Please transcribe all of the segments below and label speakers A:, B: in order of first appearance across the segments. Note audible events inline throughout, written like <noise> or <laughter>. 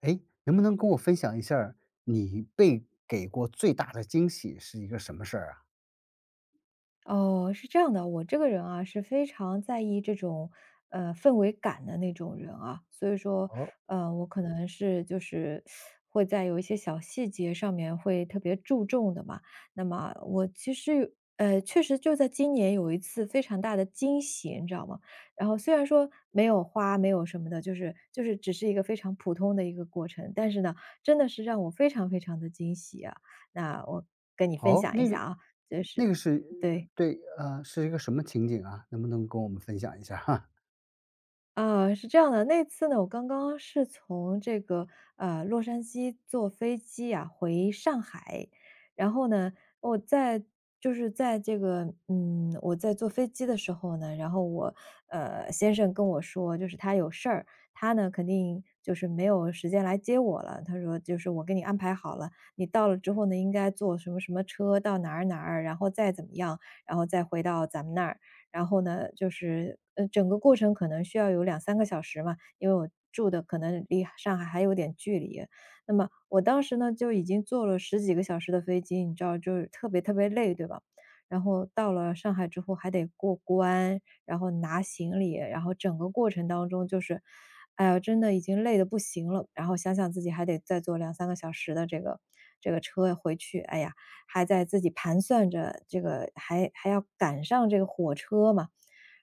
A: 哎，能不能跟我分享一下儿你被给过最大的惊喜是一个什么事儿啊？
B: 哦，是这样的，我这个人啊是非常在意这种氛围感的那种人啊，所以说
A: 哦，
B: 我可能是就是会在有一些小细节上面会特别注重的嘛。那么我其实有确实就在今年有一次非常大的惊喜，你知道吗？然后虽然说没有花没有什么的，就是只是一个非常普通的一个过程，但是呢，真的是让我非常非常的惊喜啊。那我跟你分
A: 哦，
B: 享一
A: 那
B: 下
A: 个
B: 啊，就
A: 那
B: 是
A: 个是
B: 对。
A: 对，是一个什么情景啊？能不能跟我们分享一下哈，
B: 啊，是这样的，那次呢，我刚刚是从这个洛杉矶坐飞机啊回上海，然后呢，我在就是在这个我在坐飞机的时候呢，然后我先生跟我说，就是他有事儿，他呢肯定就是没有时间来接我了。他说就是我给你安排好了，你到了之后呢，应该坐什么什么车到哪儿哪儿，然后再怎么样，然后再回到咱们那儿。然后呢，就是整个过程可能需要有两三个小时嘛，因为我住的可能离上海还有点距离。那么我当时呢，就已经坐了十几个小时的飞机，你知道就是特别特别累，对吧？然后到了上海之后还得过关，然后拿行李，然后整个过程当中就是，哎呀，真的已经累得不行了，然后想想自己还得再坐两三个小时的这个车回去，哎呀，还在自己盘算着这个还要赶上这个火车嘛，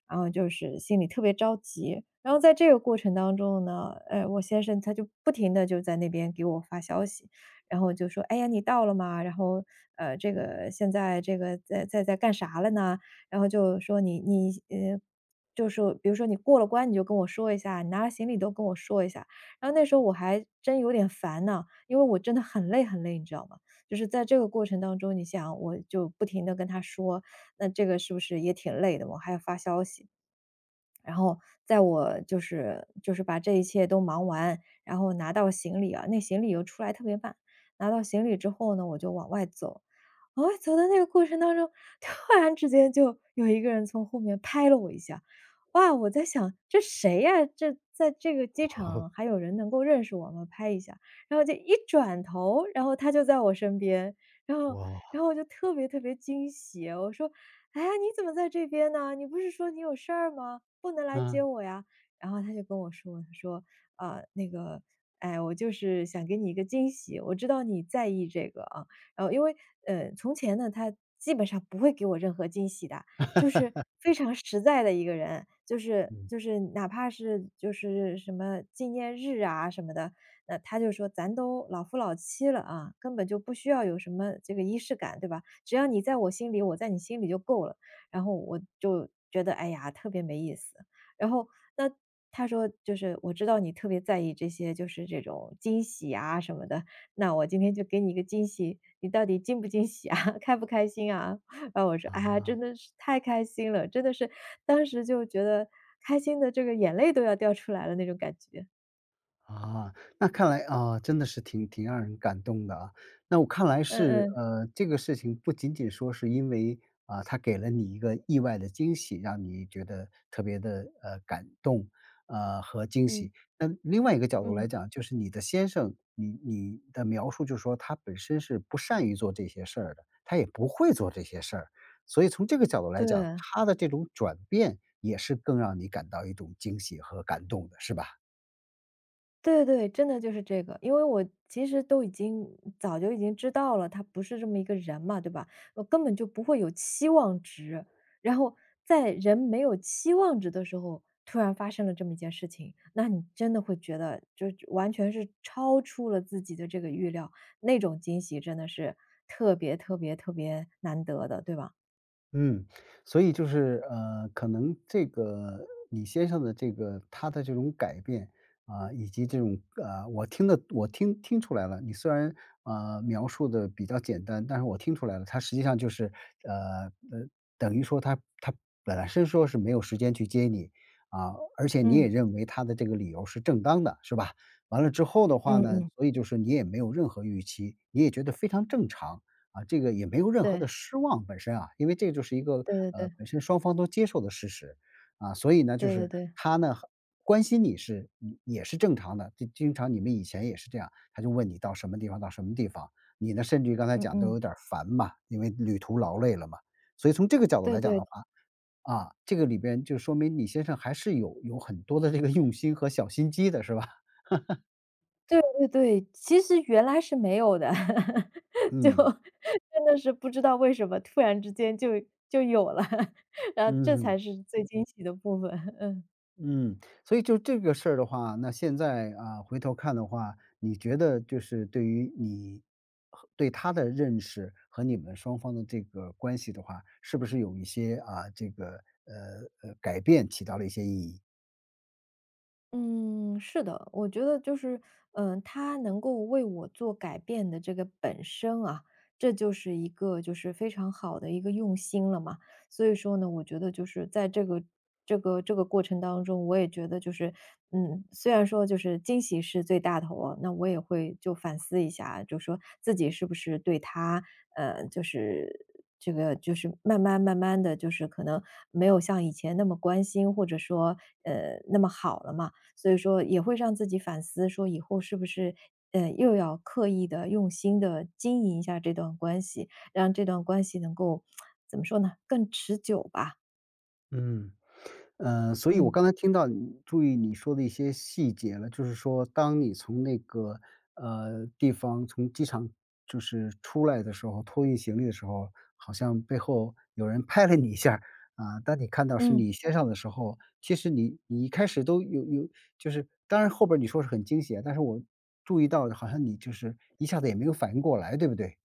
B: 然后就是心里特别着急。然后在这个过程当中呢，我先生他就不停的就在那边给我发消息，然后就说："哎呀，你到了吗？然后，这个现在这个在干啥了呢？"然后就说："你就是比如说你过了关，你就跟我说一下，你拿了行李都跟我说一下。"然后那时候我还真有点烦呢，因为我真的很累很累，你知道吗？就是在这个过程当中，你想我就不停的跟他说，那这个是不是也挺累的，我还要发消息。然后在我就是把这一切都忙完，然后拿到行李啊，那行李又出来特别慢，拿到行李之后呢，我就往外走。我会走到那个过程当中，突然之间就有一个人从后面拍了我一下。哇，我在想这谁呀？这在这个机
A: <laughs> 哦，
B: 场还有人能够认识我吗？拍一下。然后就一转头，然后他就在我身边，然后
A: 哇，
B: 然后我就特别特别惊喜，我说："哎呀，你怎么在这边呢？你不是说你有事儿吗？不能来接
A: 嗯，
B: 我呀？"然后他就跟我说，他说："啊，那个，哎，我就是想给你一个惊喜，我知道你在意这个啊。"然后因为，从前呢，他基本上不会给我任何惊喜的，就是非常实在的一个人，就是
A: 嗯，
B: 就
A: <laughs>
B: 是哪怕是就是什么纪念日啊什么的，那他就说咱都老夫老妻了啊，根本就不需要有什么这个仪式感，对吧？只要你在我心里，我在你心里就够了。然后我就觉得，哎呀，特别没意思。然后那他说，就是我知道你特别在意这些，就是这种惊喜啊什么的，那我今天就给你一个惊喜，你到底惊不惊喜啊？<laughs> 开不开心啊？<laughs> 然后我说："哎呀，
A: 啊。
B: 真的是太开心了！"真的是当时就觉得开心的这个眼泪都要掉出来了那种感觉。
A: 啊，那看来啊，真的是挺让人感动的啊。那我看来
B: 嗯
A: 是，
B: 嗯，
A: 这个事情不仅仅说是因为啊，他给了你一个意外的惊喜，让你觉得特别的感动，和惊
B: 嗯，
A: 喜。那另外一个角度
B: 嗯，
A: 来讲，就是你的先生，你的描述就是说他本身是不善于做这些事儿的，他也不会做这些事儿，所以从这个角度来讲，
B: 对。
A: 他的这种转变也是更让你感到一种惊喜和感动的，是吧？
B: 对对对，真的就是这个。因为我其实都已经早就已经知道了，他不是这么一个人嘛，对吧？我根本就不会有期望值，然后在人没有期望值的时候，突然发生了这么一件事情，那你真的会觉得就完全是超出了自己的这个预料，那种惊喜真的是特别特别特别难得的，对吧？
A: 嗯，所以就是，可能这个李先生的这个他的这种改变，啊，以及这种，我听出来了，你虽然，描述的比较简单，但是我听出来了，他实际上就是，呃，呃，等于说他本身说是没有时间去接你，啊，而且你
B: 嗯，
A: 也认为他的这个理由是正当的，是吧？完了之后的话
B: 嗯
A: 呢，
B: 嗯，
A: 所以就是你也没有任何预期，你也觉得非常正常。啊，这个也没有任何
B: 对，
A: 的失望本身啊，因为这就是一个，
B: 对对对，
A: 本身双方都接受的事实。啊，所以呢，就
B: 对对
A: 是
B: 对，
A: 他呢，关心你是你也是正常的，就经常你们以前也是这样，他就问你到什么地方到什么地方，你呢，甚至于刚才
B: 嗯
A: 讲都有
B: 嗯，
A: 点儿烦嘛，因为旅途劳累了嘛。所以从这个角度
B: 对
A: 来讲的
B: 对。
A: 话，啊，这个里边就说明你先生还是有很多的这个用心和小心机的是吧？
B: 对对对，其实原来是没有的，
A: <laughs>
B: <laughs> 就
A: 嗯，
B: 真的是不知道为什么突然之间就有了，<laughs> 然后这
A: 嗯
B: 才是最惊喜的部分，嗯。
A: 嗯，所以就这个事儿的话，那现在啊，回头看的话，你觉得就是对于你和对他的认识和你们双方的这个关系的话，是不是有一些啊，这个呃改变起到了一些意义？
B: 嗯，是的，我觉得就是，他能够为我做改变的这个本身啊，这就是一个就是非常好的一个用心了嘛。所以说呢，我觉得就是在这个这个过程当中，我也觉得就是，虽然说就是惊喜是最大头啊，那我也会就反思一下，就说自己是不是对他，就是。这个就是慢慢慢慢的就是可能没有像以前那么关心，或者说那么好了嘛。所以说也会让自己反思，说以后是不是，又要刻意的、用心的经营一下这段关系，让这段关系能够怎么说呢，更持久吧，
A: 嗯，所以我
B: 嗯。
A: 刚才听到你注意你说的一些细节了，就是说当你从那个，地方从机场就是出来的时候，托运行李的时候，好像背后有人拍了你一下儿啊，当你看到是
B: 嗯。
A: 你先上的时候，其实你你一开始都有就是当然后边儿你说是很惊喜啊，但是我注意到好像你就是一下子也没有反应过来，对不对？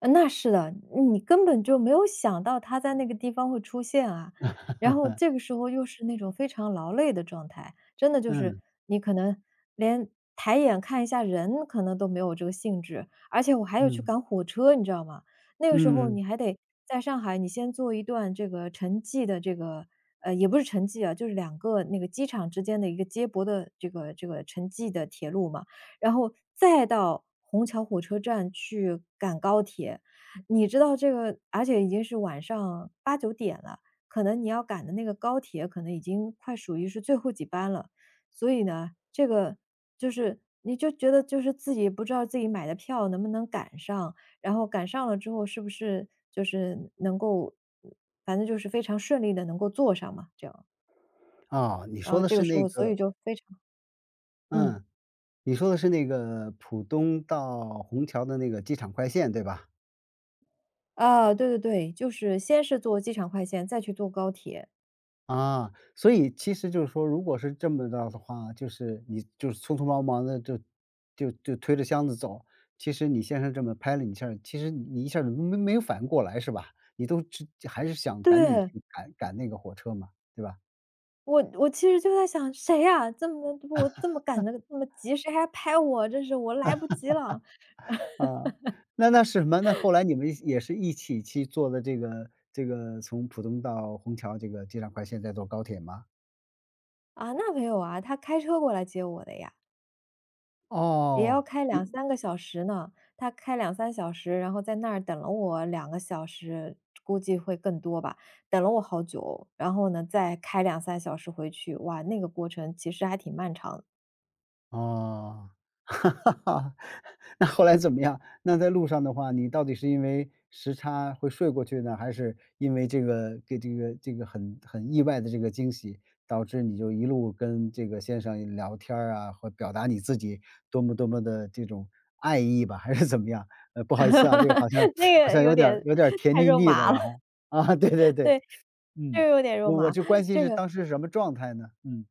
B: 那是的，你根本就没有想到他在那个地方会出现啊。然后这个时候又是那种非常劳累的状态，真的就是
A: 嗯，
B: 你可能连抬眼看一下人可能都没有这个兴致，而且我还要去
A: 嗯，
B: 赶火车，你知道吗？那个时候
A: 嗯，嗯
B: 你
A: 嗯
B: 还得在上海，你先坐一段这个城际的这个也不是城际啊，就是两个那个机场之间的一个接驳的这个城际的铁路嘛。然后再到虹桥火车站去赶高铁。你知道这个而且已经是晚上八九点了，可能你要赶的那个高铁可能已经快属于是最后几班了。所以呢，这个就是你就觉得就是自己不知道自己买的票能不能赶上，然后赶上了之后是不是就是能够反正就是非常顺利的能够坐上嘛，这样。
A: 啊，你
B: 然
A: 说
B: 后
A: 的
B: 这个
A: 是
B: 时
A: 那
B: 候所以
A: 个
B: 就非常嗯。
A: 嗯。你说的是那个浦东到虹桥的那个机场快线，对吧？
B: 啊，对对对，就是先是坐机场快线，再去坐高铁。
A: 啊，所以其实就是说，如果是这么着的话，就是你就是匆匆忙忙的就推着箱子走，其实你先生这么拍了你一下儿其实你一下儿没有反应过来是吧？你都知还是想赶紧
B: 对，
A: 去赶那个火车嘛，对吧？
B: 我其实就在想，谁呀，我这么赶的，这么及时，还拍我，真是我来不及了。
A: 啊，那那是什么？那后来你们也是一起去坐的这个这个从浦东到虹桥这个机场快线，再坐高铁吗？
B: 啊，那没有啊，他开车过来接我的呀，也要
A: 哦，
B: 开两
A: 你
B: 三个小时呢，他开两三小时，然后在那儿等了我2个小时，估计会更多吧，等了我好久，然后呢，再开两三小时回去，哇，那个过程其实还挺漫长的，
A: 哦，<laughs> 那后来怎么样？那在路上的话，你到底是因为时差会睡过去呢，还是因为这个给这个这个很意外的这个惊喜，导致你就一路跟这个先生聊天儿啊，或表达你自己多么多么的这种爱意吧，还是怎么样？不好意思啊，这个好像
B: <laughs> 那
A: 好
B: 个
A: 像
B: 有
A: 有点儿
B: 点
A: 有点儿甜
B: 太
A: 腻
B: 肉
A: 腻的
B: 麻了。
A: 了哈。啊，<laughs> 对对对，
B: 对，这
A: 嗯，
B: 个有点肉
A: 我
B: 麻，
A: 就关心
B: 这
A: 是
B: 个
A: 当时什么状态呢？嗯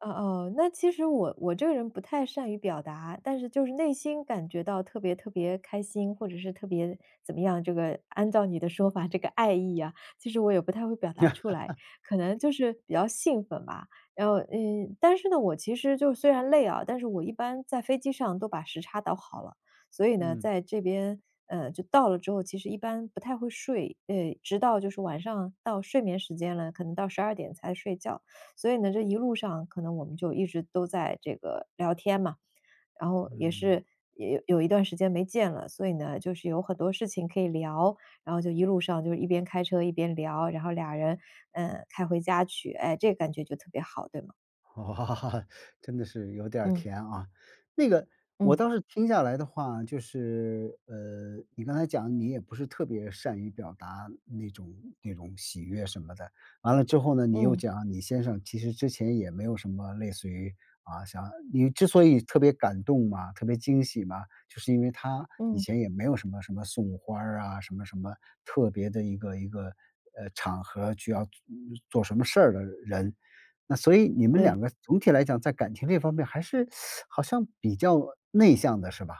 B: 哦哦，那其实我这个人不太善于表达，但是就是内心感觉到特别特别开心，或者是特别怎么样，这个按照你的说法，这个爱意啊，其实我也不太会表达出
A: <laughs>，
B: 来，可能就是比较兴奋吧。然后，但是呢，我其实就虽然累啊，但是我一般在飞机上都把时差倒好了，所以呢，
A: 嗯
B: 在这边，就到了之后，其实一般不太会睡，直到就是晚上到睡眠时间了，可能到12点才睡觉。所以呢，这一路上可能我们就一直都在这个聊天嘛，然后也
A: 嗯。
B: 是也有一段时间没见了，所以呢，就是有很多事情可以聊，然后就一路上就是一边开车一边聊，然后俩人开回家去，哎，这个感觉就特别好，对吗？
A: <laughs> 哇，真的是有点儿
B: 嗯
A: 甜啊。那个我
B: 嗯
A: 倒是听下来的话，就是你刚才讲你也不是特别善于表达那种那种喜悦什么的，完了之后呢，你又
B: 嗯
A: 讲你先生其实之前也没有什么类似于啊，想你之所以特别感动嘛，特别惊喜嘛，就是因为他以
B: 嗯，
A: 前也没有什么什么送花儿啊，什么什么特别的一个一个场合需要做做什么事儿的人，那所以你们两
B: 对。
A: 个总体来讲，在感情这方面还是好像比较内向的是吧？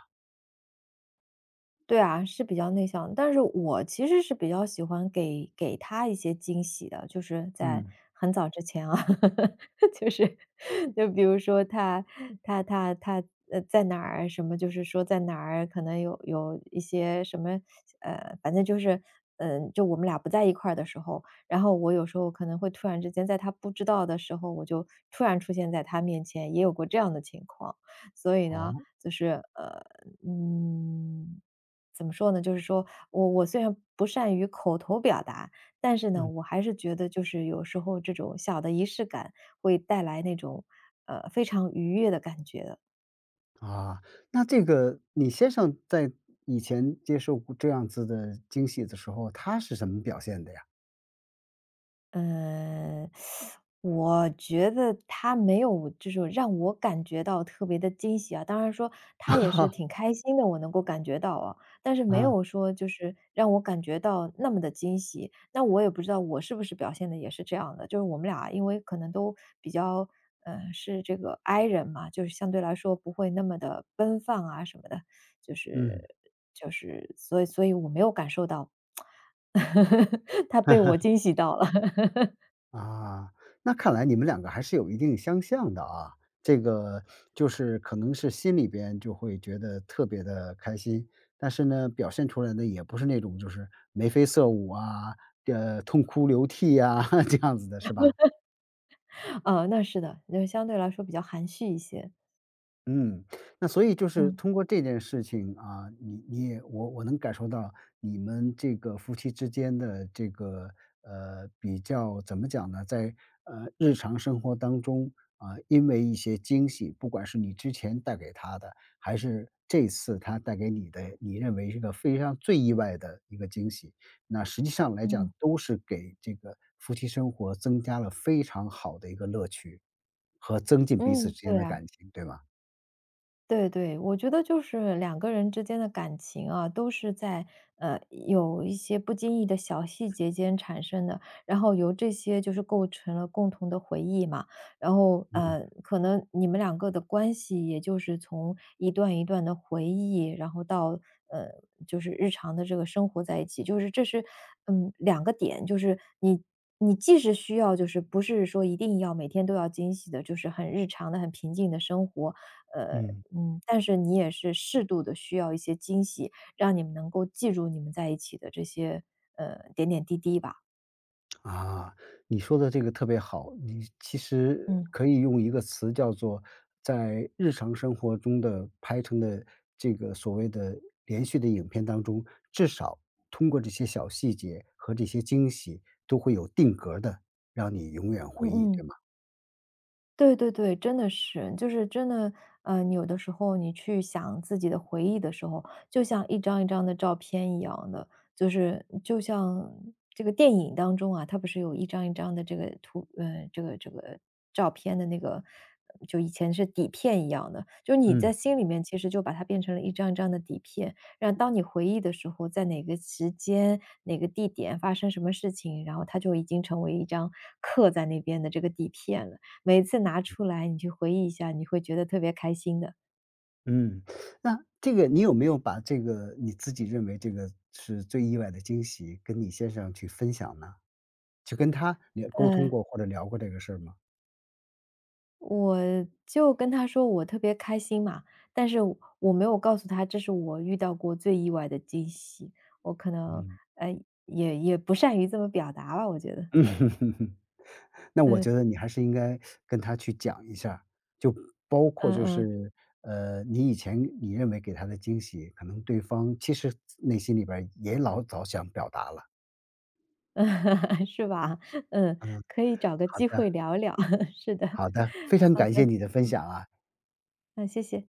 B: 对啊，是比较内向，但是我其实是比较喜欢给他一些惊喜的，就是在
A: 嗯。
B: 很早之前啊，<laughs> 就是就比如说他在哪儿什么，就是说在哪儿可能有一些什么，反正就是就我们俩不在一块儿的时候，然后我有时候可能会突然之间在他不知道的时候，我就突然出现在他面前，也有过这样的情况，所以呢，
A: 哦，
B: 就是嗯。怎么说呢？就是说我虽然不善于口头表达，但是呢，
A: 嗯，
B: 我还是觉得就是有时候这种小的仪式感会带来那种，非常愉悦的感觉的。
A: 啊，那这个你先生在以前接受过这样子的惊喜的时候，他是什么表现的呀？
B: 嗯，我觉得他没有就是让我感觉到特别的惊喜啊，当然说他也是挺
A: <laughs>
B: 开心的，我能够感觉到啊，但是没
A: 啊，
B: 有说就是让我感觉到那么的惊喜。那我也不知道我是不是表现的也是这样的，就是我们俩因为可能都比较，是这个 I 人嘛，就是相对来说不会那么的奔放啊什么的，就是
A: 嗯。
B: 就是所以我没有感受到 <laughs>，他被我
A: <laughs>
B: 惊喜到了。
A: 啊，那看来你们两个还是有一定相像的啊。这个就是可能是心里边就会觉得特别的开心，但是呢，表现出来的也不是那种就是眉飞色舞啊，痛哭流涕啊 <laughs>，这样子的是吧？
B: 那是的，就相对来说比较含蓄一些。
A: 嗯，那所以就是
B: 嗯，
A: 通过这件事情啊，你你也我能感受到你们这个夫妻之间的这个比较怎么讲呢，在日常生活当中啊、因为一些惊喜，不管是你之前带给他的，还是这次他带给你的，你认为是个非常最意外的一个惊喜，那实际上来讲
B: 嗯，
A: 都是给这个夫妻生活增加了非常好的一个乐趣和增进彼此
B: 嗯，
A: 之间
B: 对
A: 的
B: 啊。
A: 感情，对吗？
B: 对对，我觉得就是两个人之间的感情啊，都是在有一些不经意的小细节间产生的，然后由这些就是构成了共同的回忆嘛。然后，
A: 嗯
B: 可能你们两个的关系，也就是从一段一段的回忆，然后到呃就是日常的这个生活在一起，就是这是两个点，就是你。你既是需要，就是不是说一定要每天都要惊喜的，就是很日常的、很平静的生活，呃，
A: 嗯，
B: 嗯，但是你也是适度的需要一些惊喜，让你们能够记住你们在一起的这些，点点滴滴吧。
A: 啊，你说的这个特别好，你其实
B: 嗯。
A: 可以用一个词叫做在日常生活中的拍成的这个所谓的连续的影片当中，至少通过这些小细节和这些惊喜，都会有定格的，让你永远
B: 嗯
A: 回忆，
B: 嗯。
A: 对吗？
B: 对对对，真的是，就是真的，你有的时候你去想自己的回忆的时候，就像一张一张的照片一样的，就是就像这个电影当中啊，它不是有一张一张的这个图，这个照片的那个，就以前是底片一样的，就你在
A: 嗯
B: 心里面其实就把它变成了一张一张的底片，让当你回忆的时候，在哪个时间、哪个地点发生什么事情，然后它就已经成为一张刻在那边的这个底片了。每次拿出来你去回忆一下，你会觉得特别开心的。
A: 嗯，那这个你有没有把这个你自己认为这个是最意外的惊喜，跟你先生去分享呢？去跟他聊沟通
B: 呃，
A: 过或者聊过这个事儿吗？
B: 我就跟他说我特别开心嘛，但是我没有告诉他这是我遇到过最意外的惊喜，我可能，
A: 嗯。
B: 呃，也不善于这么表达吧，我觉得。
A: 嗯，<laughs> 哼哼哼，那我
B: 嗯，
A: 觉得你还是应该跟他去讲一下，就包括
B: 嗯
A: 就
B: 嗯。
A: 是，你以前你认为给他的惊喜，可能对方其实内心里边儿也老早想表达了。
B: <laughs> 是吧？嗯，可以找个
A: 好
B: 机
A: 的，
B: 会聊一聊，<laughs> 是的，嗯，
A: 好的，非常感谢
B: 的，
A: 你的分享啊。
B: 那谢谢。